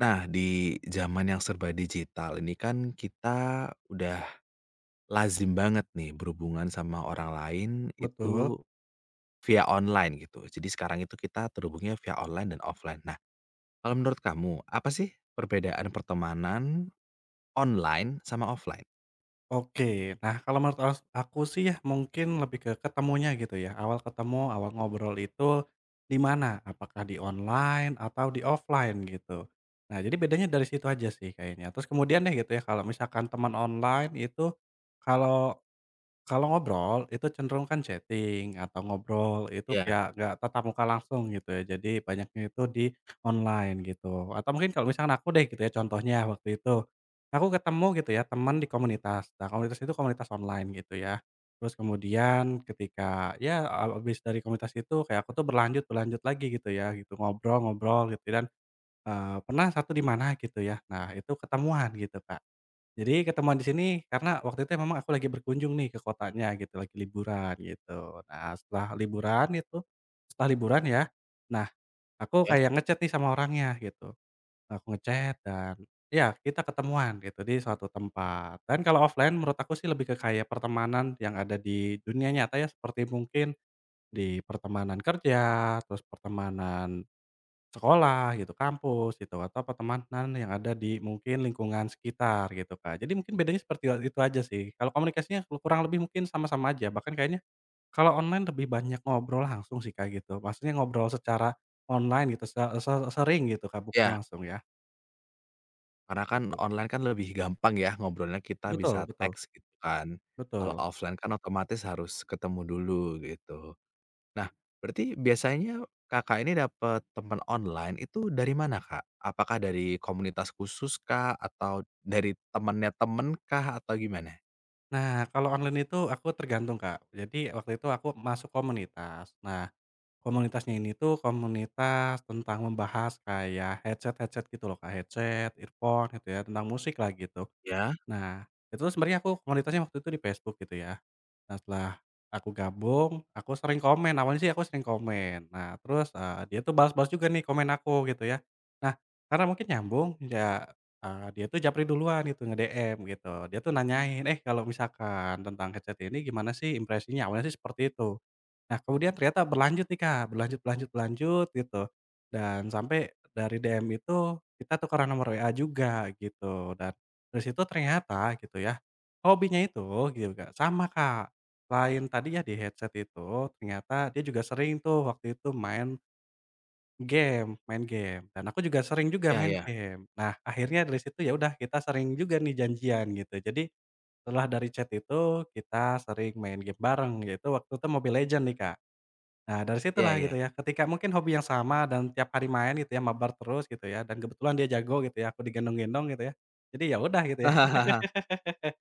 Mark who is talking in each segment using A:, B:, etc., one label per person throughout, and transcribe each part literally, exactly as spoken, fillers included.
A: Nah, di zaman yang serba digital ini kan kita udah lazim banget nih berhubungan sama orang lain
B: Betul,
A: itu via online gitu. Jadi sekarang itu kita terhubungnya via online dan offline. Nah, kalau menurut kamu apa sih perbedaan pertemanan online sama offline?
B: oke. Nah, kalau menurut as aku sih ya mungkin lebih ke ketemunya gitu ya, awal ketemu, awal ngobrol itu di mana, apakah di online atau di offline gitu. Nah, jadi bedanya dari situ aja sih kayaknya. Terus kemudian deh gitu ya kalau misalkan teman online itu kalau Kalau ngobrol itu cenderung kan chatting atau ngobrol itu
A: Iya,
B: ya nggak tatap muka langsung gitu ya, jadi banyaknya itu di online gitu. Atau mungkin kalau misalkan aku deh gitu ya contohnya waktu itu, aku ketemu gitu ya teman di komunitas. Nah komunitas itu komunitas online gitu ya. Terus kemudian ketika ya habis dari komunitas itu kayak aku tuh berlanjut berlanjut lagi gitu ya gitu ngobrol-ngobrol gitu dan, eee, pernah satu di mana gitu ya, nah itu ketemuan gitu Kak. Jadi ketemuan di sini karena waktu itu memang aku lagi berkunjung nih ke kotanya gitu, lagi liburan gitu. Nah, setelah liburan itu setelah liburan ya, nah aku
A: ya.
B: kayak ngechat nih sama orangnya gitu. Aku ngechat dan ya kita ketemuan gitu di suatu tempat. Dan kalau offline menurut aku sih lebih ke kayak pertemanan yang ada di dunia nyata ya, seperti mungkin di pertemanan kerja, terus pertemanan sekolah gitu, kampus gitu, atau pertemanan yang ada di mungkin lingkungan sekitar gitu, Kak. Jadi mungkin bedanya seperti itu aja sih. Kalau komunikasinya kurang lebih mungkin sama-sama aja, bahkan kayaknya kalau online lebih banyak ngobrol langsung sih, Kak, gitu. Maksudnya ngobrol secara online gitu, se se sering gitu, Kak, bukan
A: Iya.
B: langsung ya,
A: Karena kan
B: gitu.
A: online kan lebih gampang ya ngobrolnya, kita
B: Betul
A: bisa
B: betul
A: teks gitu kan. Kalau
B: betul.
A: offline kan otomatis harus ketemu dulu gitu. Nah, berarti biasanya Kakak ini dapat teman online itu dari mana, Kak? Apakah dari komunitas khusus kah? Atau dari temennya temen kah? Atau gimana?
B: Nah, kalau online itu aku tergantung, Kak. Jadi waktu itu aku masuk komunitas. Nah komunitasnya ini tuh komunitas tentang membahas kayak headset-headset gitu loh Kak, headset, earphone gitu ya, tentang musik lah gitu.
A: Ya?
B: Nah, itu tuh sebenarnya aku komunitasnya waktu itu di Facebook gitu ya. Nah, setelah aku gabung, aku sering komen, awalnya sih aku sering komen. Nah, terus, eee, dia tuh balas-balas juga nih komen aku gitu ya. Nah, karena mungkin nyambung ya, eee, dia tuh japri duluan gitu nge-D M gitu. Dia tuh nanyain, "Eh, kalau misalkan tentang headset ini gimana sih impresinya?" Awalnya sih seperti itu. Nah, kemudian ternyata berlanjut nih, Kak, berlanjut berlanjut berlanjut gitu, dan sampai dari D M itu kita tukeran nomor W A juga gitu, dan dari situ ternyata gitu ya, hobinya itu gitu, Kak, sama, Kak. Lain tadi ya di headset itu, ternyata dia juga sering tuh waktu itu main game main game, dan aku juga sering juga
A: Ya,
B: main
A: ya.
B: game. Nah, akhirnya dari situ ya udah kita sering juga nih janjian gitu. Jadi setelah dari chat itu kita sering main game bareng, yaitu waktu itu Mobile Legend nih, Kak. Nah, dari
A: Ya,
B: situlah
A: ya.
B: gitu ya, ketika mungkin hobi yang sama dan tiap hari main gitu ya, mabar terus gitu ya, dan kebetulan dia jago gitu ya, aku digendong-gendong gitu ya. Jadi ya udah gitu ya,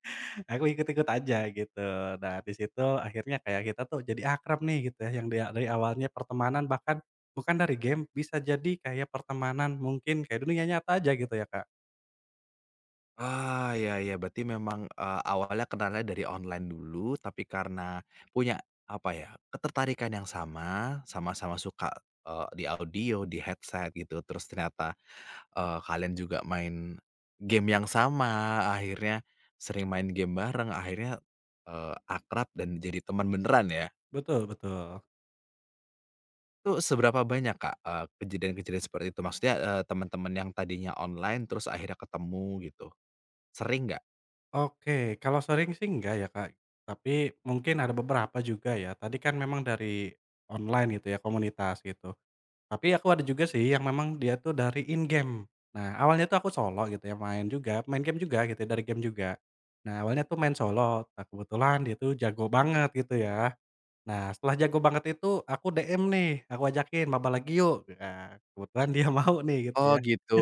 B: aku ikut-ikut aja gitu. Nah, di situ akhirnya kayak kita tuh jadi akrab nih gitu ya, yang dia dari awalnya pertemanan bahkan bukan dari game, bisa jadi kayak pertemanan mungkin kayak dunia nyata aja gitu ya, Kak.
A: Ah, ya, ya, berarti memang, eee, awalnya kenalnya dari online dulu, tapi karena punya, apa ya, ketertarikan yang sama, sama-sama suka, eee, di audio, di headset gitu, terus ternyata eee, kalian juga main game yang sama, akhirnya sering main game bareng, akhirnya, eee, akrab dan jadi teman beneran ya.
B: Betul betul.
A: Itu seberapa banyak Kak, eee, kejadian-kejadian seperti itu? Maksudnya, eee, teman-teman yang tadinya online terus akhirnya ketemu gitu, sering nggak?
B: Oke, kalau sering sih enggak ya, Kak. Tapi mungkin ada beberapa juga ya. Tadi kan memang dari online gitu ya, komunitas gitu. Tapi aku ada juga sih yang memang dia tuh dari in-game. Nah, awalnya tuh aku solo gitu ya, main juga main game juga gitu ya, dari game juga. Nah, awalnya tuh main solo, nah kebetulan dia tuh jago banget gitu ya. Nah, setelah jago banget itu aku D M nih, aku ajakin, "Mabar lagi yuk." Nah, kebetulan dia mau nih gitu
A: Oh
B: ya.
A: gitu,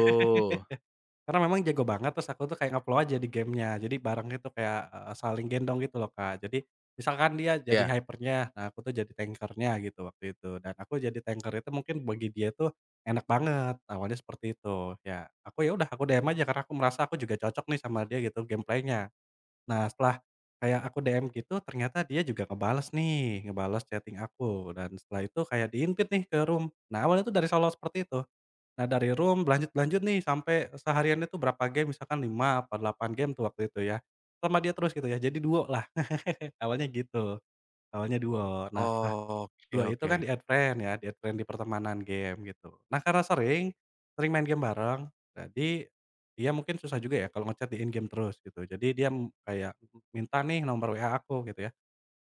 B: Karena memang jago banget, terus aku tuh kayak nge-flow aja di gamenya. Jadi bareng itu kayak, eee, saling gendong gitu loh, Kak. Jadi misalkan dia jadi
A: ya.
B: hyper-nya, nah aku tuh jadi tanker-nya gitu waktu itu. Dan aku jadi tanker itu mungkin bagi dia tuh enak banget, awalnya seperti itu. Ya aku ya udah aku D M aja karena aku merasa aku juga cocok nih sama dia gitu game-play-nya. Nah setelah kayak aku D M gitu, ternyata dia juga ngebales nih, ngebales chatting aku. Dan setelah itu kayak diinvite nih ke room. Nah awalnya tuh dari solo seperti itu. Nah dari room berlanjut-lanjut nih sampai sehariannya tuh berapa game misalkan lima apa delapan game tuh waktu itu ya, sama dia terus gitu ya jadi duo lah awalnya gitu, awalnya duo. Nah setelah
A: Oke,
B: duo itu
A: oke.
B: kan di-add friend ya, di-add friend di pertemanan game gitu. Nah karena sering, sering main game bareng jadi dia mungkin susah juga ya kalau ngechat di in-game terus gitu jadi dia m- kayak minta nih nomor W A aku gitu ya.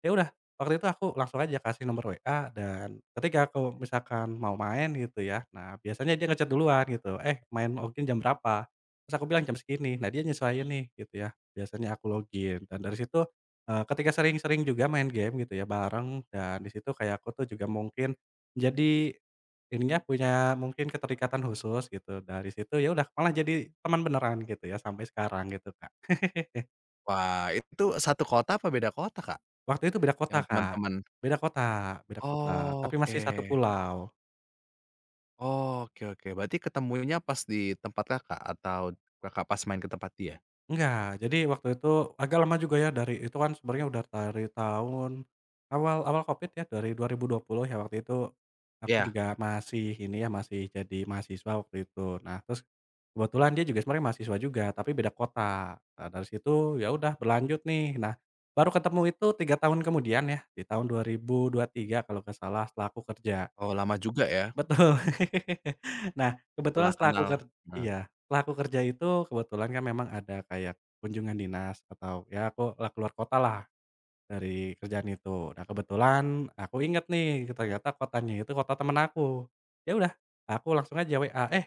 B: Ya udah, waktu itu aku langsung aja kasih nomor W A dan ketika aku misalkan mau main gitu ya, nah biasanya dia nge duluan gitu, "Eh, main login jam berapa?" Terus aku bilang, "Jam segini." Nah dia nyesuaiin nih gitu ya, biasanya aku login dan dari situ, eee, ketika sering-sering juga main game gitu ya bareng dan di situ kayak aku tuh juga mungkin jadi ininya punya mungkin keterikatan khusus gitu, dari situ ya udah malah jadi teman beneran gitu ya sampai sekarang gitu, Kak.
A: Wah, itu satu kota apa beda kota Kak,
B: Waktu itu beda kota,
A: yang
B: Kak.
A: teman-teman?
B: Beda kota beda kota, tapi masih satu
A: Oke.
B: pulau.
A: Oke, oke, berarti ketemunya pas di tempat Kakak atau Kakak pas main ke tempat dia?
B: Enggak, jadi waktu itu agak lama juga ya dari itu kan sebenarnya udah dari tahun awal awal Covid ya, dari dua ribu dua puluh ya waktu itu aku
A: Iya.
B: juga masih ini ya, masih jadi mahasiswa waktu itu. Nah, terus kebetulan dia juga sebenarnya mahasiswa juga, tapi beda kota. Nah, dari situ ya udah berlanjut nih. Nah, baru ketemu itu tiga tahun kemudian ya, di tahun dua ribu dua puluh tiga kalau nggak salah setelah aku kerja.
A: Oh, lama juga ya
B: Betul. Nah, kebetulan
A: setelah
B: setelah aku
A: kenal,
B: ker
A: nah,
B: iya, setelah aku kerja itu kebetulan kan memang ada kayak kunjungan dinas atau ya aku lah keluar kota lah dari kerjaan itu. Nah, kebetulan aku inget nih, ternyata kotanya itu kota temen aku. Ya udah, aku langsung aja W A, "Eh,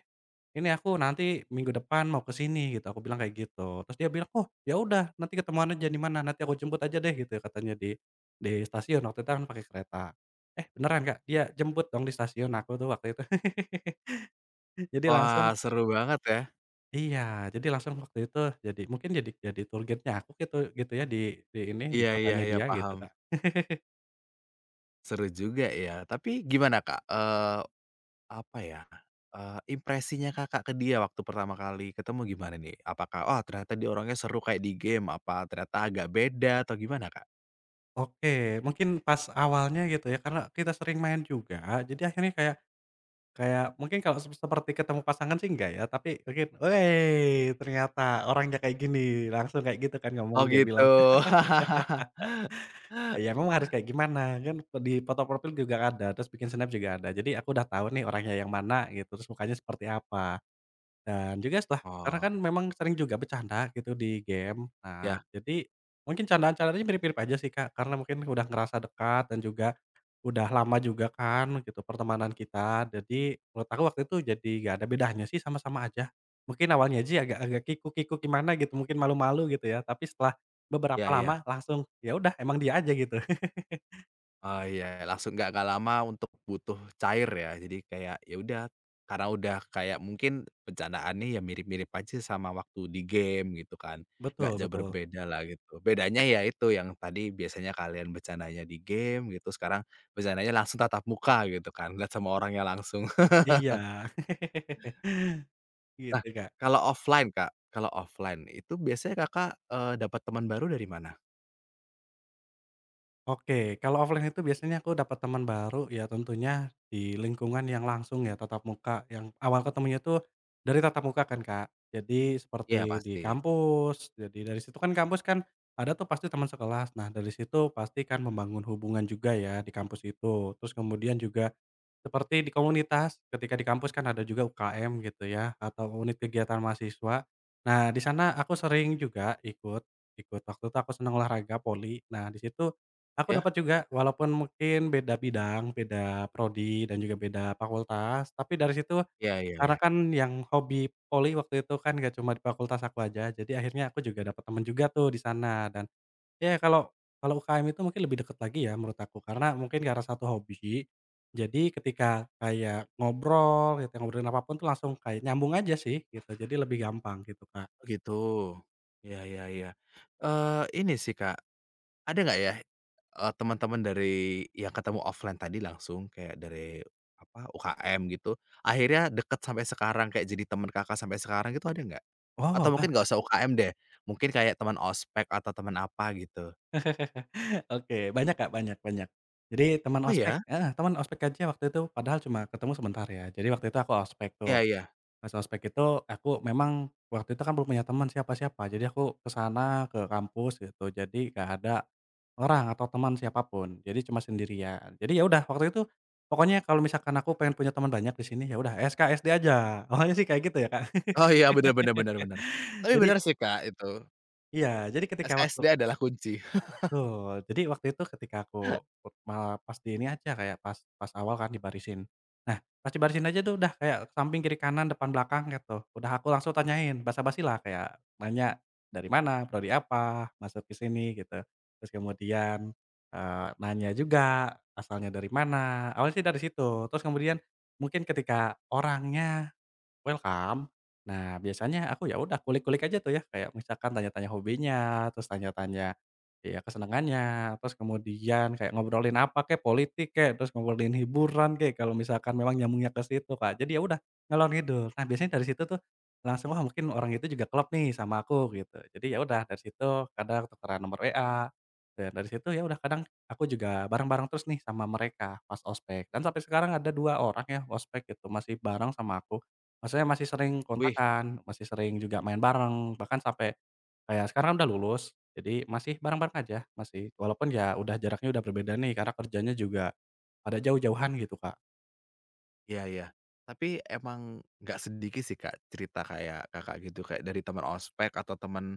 B: ini aku nanti minggu depan mau ke sini," gitu, aku bilang kayak gitu. Terus dia bilang, "Oh, ya udah nanti ketemuan aja di mana, nanti aku jemput aja deh," gitu ya, katanya di di stasiun, waktu itu kan pakai kereta. Eh, beneran Kak, dia jemput dong di stasiun aku tuh waktu itu. Jadi langsung
A: wah seru banget ya,
B: iya, jadi langsung waktu itu jadi mungkin jadi jadi tour guide-nya aku gitu gitu ya di di ini, di
A: iya iya
B: kotanya
A: iya
B: dia gitu,
A: paham,
B: Kak.
A: seru juga ya tapi gimana Kak, eee, apa ya, eee, impresinya Kakak ke dia waktu pertama kali ketemu gimana nih? Apakah, "Wah ternyata dia orangnya seru kayak di game," apa ternyata agak beda atau gimana Kak?
B: Oke, mungkin pas awalnya gitu ya, karena kita sering main juga, jadi akhirnya kayak kayak mungkin kalau sep seperti ketemu pasangan sih enggak ya, tapi mungkin, "Wei, ternyata orangnya kayak gini," langsung kayak gitu kan ngomong,
A: Oh
B: dia bilang,
A: gitu.
B: "Ya memang harus kayak gimana," kan di foto profil juga ada, terus bikin snap juga ada. Jadi aku udah tahu nih orangnya yang mana gitu, terus mukanya seperti apa. Dan juga setelah karena
A: Oh,
B: kan memang sering juga bercanda gitu di game. Nah,
A: iya,
B: jadi mungkin candaan-candaannya mirip-mirip aja sih, Kak, karena mungkin udah ngerasa dekat dan juga udah lama juga kan gitu pertemanan kita, jadi menurut aku waktu itu jadi gak ada bedanya sih sama-sama aja. Mungkin awalnya aja agak agak kikuk-kikuk gimana gitu, mungkin malu-malu gitu ya, tapi setelah beberapa
A: iya iya.
B: lama langsung, ya udah emang dia aja gitu.
A: Oh iya, langsung nggak nggak lama untuk butuh cair ya. Jadi kayak, ya udah, karena udah kayak mungkin bercandaannya ya mirip-mirip aja sama waktu di game gitu kan, nggak
B: Betul
A: jauh
B: betul.
A: berbeda lah gitu. Bedanya ya itu yang tadi biasanya kalian bercandanya di game gitu, sekarang bercandanya langsung tatap muka gitu kan, lihat sama orangnya langsung.
B: Iya.
A: Nah,
B: Gitu, kan
A: kalau offline Kak, kalau offline itu biasanya Kakak, eee, dapat teman baru dari mana?
B: Oke, kalau offline itu biasanya aku dapat teman baru ya tentunya di lingkungan yang langsung ya tatap muka, yang awal ketemunya tuh dari tatap muka kan, Kak. Jadi
A: Iya
B: seperti di
A: pasti,
B: kampus, jadi dari situ kan kampus kan ada tuh pasti teman sekelas. Nah, dari situ pasti kan membangun hubungan juga ya di kampus itu. Terus kemudian juga seperti di komunitas, ketika di kampus kan ada juga U K M gitu ya atau unit kegiatan mahasiswa. Nah, di sana aku sering juga ikut ikut waktu itu aku senang olahraga poli. Nah, di situ aku
A: ya?
B: dapat juga, walaupun mungkin beda bidang, beda prodi dan juga beda fakultas, tapi dari situ
A: Iya, iya,
B: karena
A: iya.
B: kan yang hobi voli waktu itu kan gak cuma di fakultas aku aja, jadi akhirnya aku juga dapat temen juga tuh di sana dan ya kalau kalau U K M itu mungkin lebih deket lagi ya menurut aku, karena mungkin karena satu hobi, jadi ketika kayak ngobrol gitu, ngobrolin apapun tuh langsung kayak nyambung aja sih gitu, jadi lebih gampang gitu, Kak.
A: Oh gitu. Ya, ya, ya. Eee, ini sih Kak, ada nggak ya, eee, teman-teman dari yang ketemu offline tadi langsung kayak dari, apa, U K M gitu, akhirnya deket sampai sekarang kayak jadi teman Kakak sampai sekarang gitu ada nggak?
B: Wow,
A: Atau mungkin nggak usah U K M deh, mungkin kayak teman ospek atau teman apa gitu?
B: oke, banyak Kak, banyak banyak. Jadi teman
A: Oh
B: ospek
A: ya?
B: heeh, teman ospek aja waktu itu padahal cuma ketemu sebentar ya. Jadi waktu itu aku ospek tuh,
A: Iya, iya.
B: pas ospek itu aku memang waktu itu kan belum punya teman siapa-siapa, jadi aku ke sana, ke kampus gitu, jadi nggak ada orang atau teman siapapun. Jadi cuma sendirian. Jadi ya udah waktu itu pokoknya kalau misalkan aku pengen punya teman banyak di sini, ya udah S K S D aja, awalnya sih kayak gitu ya Kak.
A: Oh iya, benar-benar benar-benar. Tapi
B: Jadi
A: benar sih Kak itu,
B: iya, jadi ketika waktu
A: S K S D adalah kunci.
B: Betul. Jadi waktu itu ketika aku put malah pas di ini aja kayak pas pas awal kan dibarisin. Nah, pas dibarisin aja tuh udah kayak samping, kiri, kanan, depan, belakang gitu. Udah aku langsung tanyain, basa basi lah kayak nanya, "Dari mana? Prodi apa? Masuk ke sini?" Gitu. Terus kemudian, eee, nanya juga asalnya dari mana, awalnya sih dari situ. Terus kemudian mungkin ketika orangnya welcome. Nah, biasanya aku ya udah kulik-kulik aja tuh ya, kayak misalkan tanya-tanya hobinya, terus tanya-tanya, ya kesenangannya, terus kemudian kayak ngobrolin apa kayak politik kek, terus ngobrolin hiburan kek, kalau misalkan memang nyambungnya ke situ, Kak. Jadi ya udah, ngalor ngidul. Nah, biasanya dari situ tuh langsung, wah mungkin orang itu juga klop nih sama aku, gitu. Jadi ya udah, dari situ kadang tukeran nomor we a, dan dari situ ya udah kadang aku juga bareng-bareng terus nih sama mereka pas ospek. Dan sampai sekarang ada dua orang ya ospek gitu, masih bareng sama aku. Maksudnya masih sering
A: Wih.
B: kontakan masih sering juga main bareng, bahkan sampai kayak sekarang udah lulus, jadi masih bareng-bareng aja, masih. Walaupun ya udah jaraknya udah berbeda nih, karena kerjanya juga pada jauh-jauhan gitu, Kak.
A: Iya, iya. Tapi emang nggak sedikit sih, Kak, cerita kayak Kakak gitu, kayak dari teman ospek atau teman,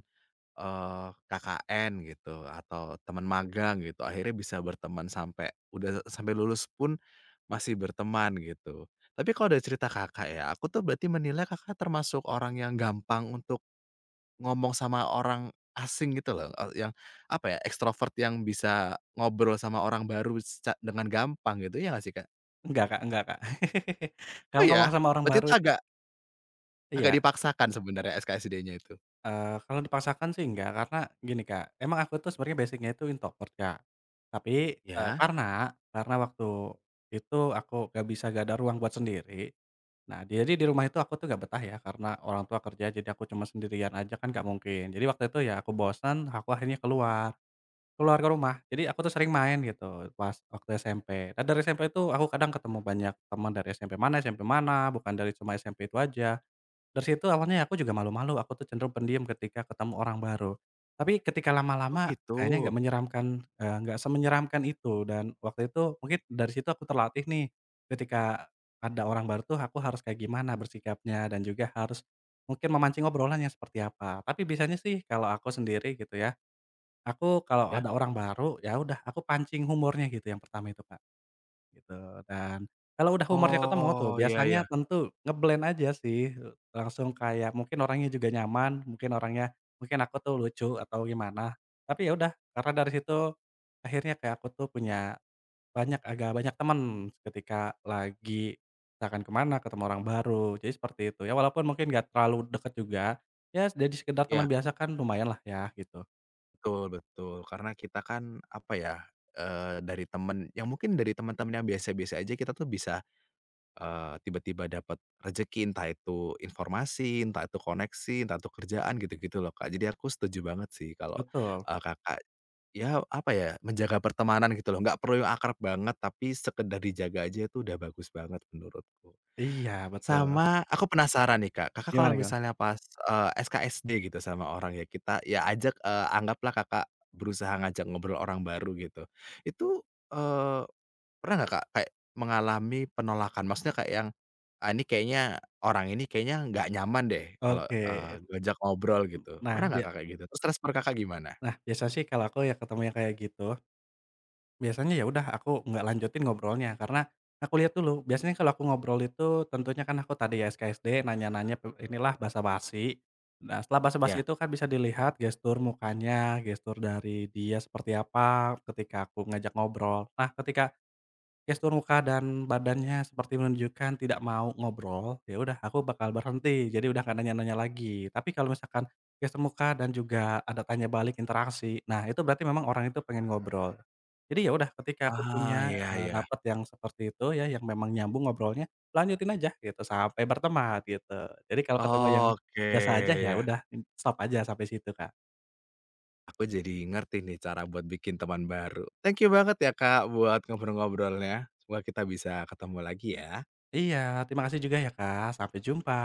A: eee, K K N gitu, atau teman magang gitu, akhirnya bisa berteman sampai udah sampai lulus pun masih berteman gitu. Tapi kalau dari cerita Kakak ya, aku tuh berarti menilai Kakak termasuk orang yang gampang untuk ngomong sama orang asing gitu loh, eee, yang apa ya, ekstrovert yang bisa ngobrol sama orang baru seca dengan gampang gitu, ya nggak sih, Kak?
B: Enggak Kak, enggak Kak. Kalau
A: Oh ya?
B: ngomong sama orang
A: Berarti
B: baru
A: itu
B: itu
A: agak. Agak
B: iya.
A: dipaksakan sebenarnya S K S D-nya itu.
B: Eee, kalau dipaksakan sih enggak, karena gini, Kak, emang aku tuh sebenarnya basic-nya itu introvert, Kak. Tapi, eee,
A: Ya?
B: karena karena waktu itu aku nggak bisa, nggak ada ruang buat sendiri. Nah, jadi di rumah itu aku tuh nggak betah ya, karena orang tua kerja, jadi aku cuma sendirian aja kan nggak mungkin. Jadi waktu itu ya aku bosan aku akhirnya keluar, keluar ke rumah. Jadi aku tuh sering main gitu pas waktu S M P. Nah, dari S M P itu aku kadang ketemu banyak teman dari S M P mana S M P mana, bukan dari cuma S M P itu aja. Dari situ awalnya aku juga malu-malu, aku tuh cenderung pendiam ketika ketemu orang baru. Tapi ketika
A: Oh
B: lama-lama
A: gitu?
B: kayaknya nggak menyeramkan, eee, nggak semenyeramkan itu dan waktu itu mungkin dari situ aku terlatih nih, ketika ada orang baru tuh aku harus kayak gimana bersikapnya dan juga harus mungkin memancing obrolan yang seperti apa. Tapi biasanya sih kalau aku sendiri gitu ya, aku kalau
A: Ya?
B: ada orang baru, ya udah aku pancing humornya gitu yang pertama itu, Kak. Gitu, dan kalau udah humornya ketemu tuh
A: Oh, iya,
B: biasanya
A: iya.
B: tentu nge aja sih, langsung kayak mungkin orangnya juga nyaman, mungkin orangnya mungkin aku tuh lucu atau gimana. Tapi ya udah, karena dari situ akhirnya kayak aku tuh punya banyak agak banyak teman ketika lagi misalkan kemana ketemu orang baru, jadi seperti itu. Ya walaupun mungkin gak terlalu deket juga, ya jadi sekedar teman
A: Iya,
B: biasa kan lumayan lah ya gitu.
A: betul, betul. Karena kita kan, apa ya, eee, dari temen yang mungkin dari teman-teman yang biasa-biasa aja kita tuh bisa, eee, tiba-tiba dapat rezeki, entah itu informasi, entah itu koneksi, entah itu kerjaan, gitu-gitu loh, Kak. Jadi aku setuju banget sih kalau,
B: Betul.
A: eee, Kakak, ya, apa ya, menjaga pertemanan gitu loh, nggak perlu yang akrab banget, tapi sekedar dijaga aja itu udah bagus banget menurutku.
B: Iya betul.
A: Sama aku penasaran nih, Kak. Kakak kalau
B: Gimana gimana?
A: misalnya pas, eee, S K S D gitu sama orang ya, kita ya ajak, eee, anggaplah Kakak berusaha ngajak ngobrol orang baru gitu. Itu, eee, pernah nggak, Kak, kayak mengalami penolakan? Maksudnya kayak yang, "Ah, ini kayaknya orang ini kayaknya nggak nyaman deh kalau,
B: Oke,
A: eee, gue ajak ngobrol," gitu.
B: nah,
A: Pernah nggak,
B: ya.
A: Kak, kayak gitu? Terus respon Kakak gimana?
B: Nah, biasa sih kalau aku ya ketemu yang kayak gitu, biasanya ya udah aku nggak lanjutin ngobrolnya, karena aku lihat dulu, biasanya kalau aku ngobrol itu tentunya kan aku tadi ya S K S D nanya-nanya pe inilah basa-basi. Nah, setelah basa-basi
A: Iya.
B: itu kan bisa dilihat gestur mukanya, gestur dari dia seperti apa ketika aku ngajak ngobrol. Nah, ketika gestur muka dan badannya seperti menunjukkan tidak mau ngobrol, ya udah aku bakal berhenti, jadi udah nggak nanya-nanya lagi. Tapi kalau misalkan gestur muka dan juga ada tanya balik interaksi, nah itu berarti memang orang itu pengen ngobrol. Jadi ya udah ketika aku
A: Ah,
B: punya,
A: iya,
B: eee,
A: iya.
B: dapat yang seperti itu ya, yang memang nyambung ngobrolnya, lanjutin aja gitu sampai berteman gitu. Jadi kalau ketemu yang
A: Oke,
B: biasa aja, ya
A: ya.
B: udah stop aja sampai situ, Kak.
A: Aku jadi ngerti nih cara buat bikin teman baru. Thank you banget ya Kak buat ngobrol-ngobrolnya. Semoga kita bisa ketemu lagi ya.
B: Iya, terima kasih juga ya, Kak. Sampai jumpa.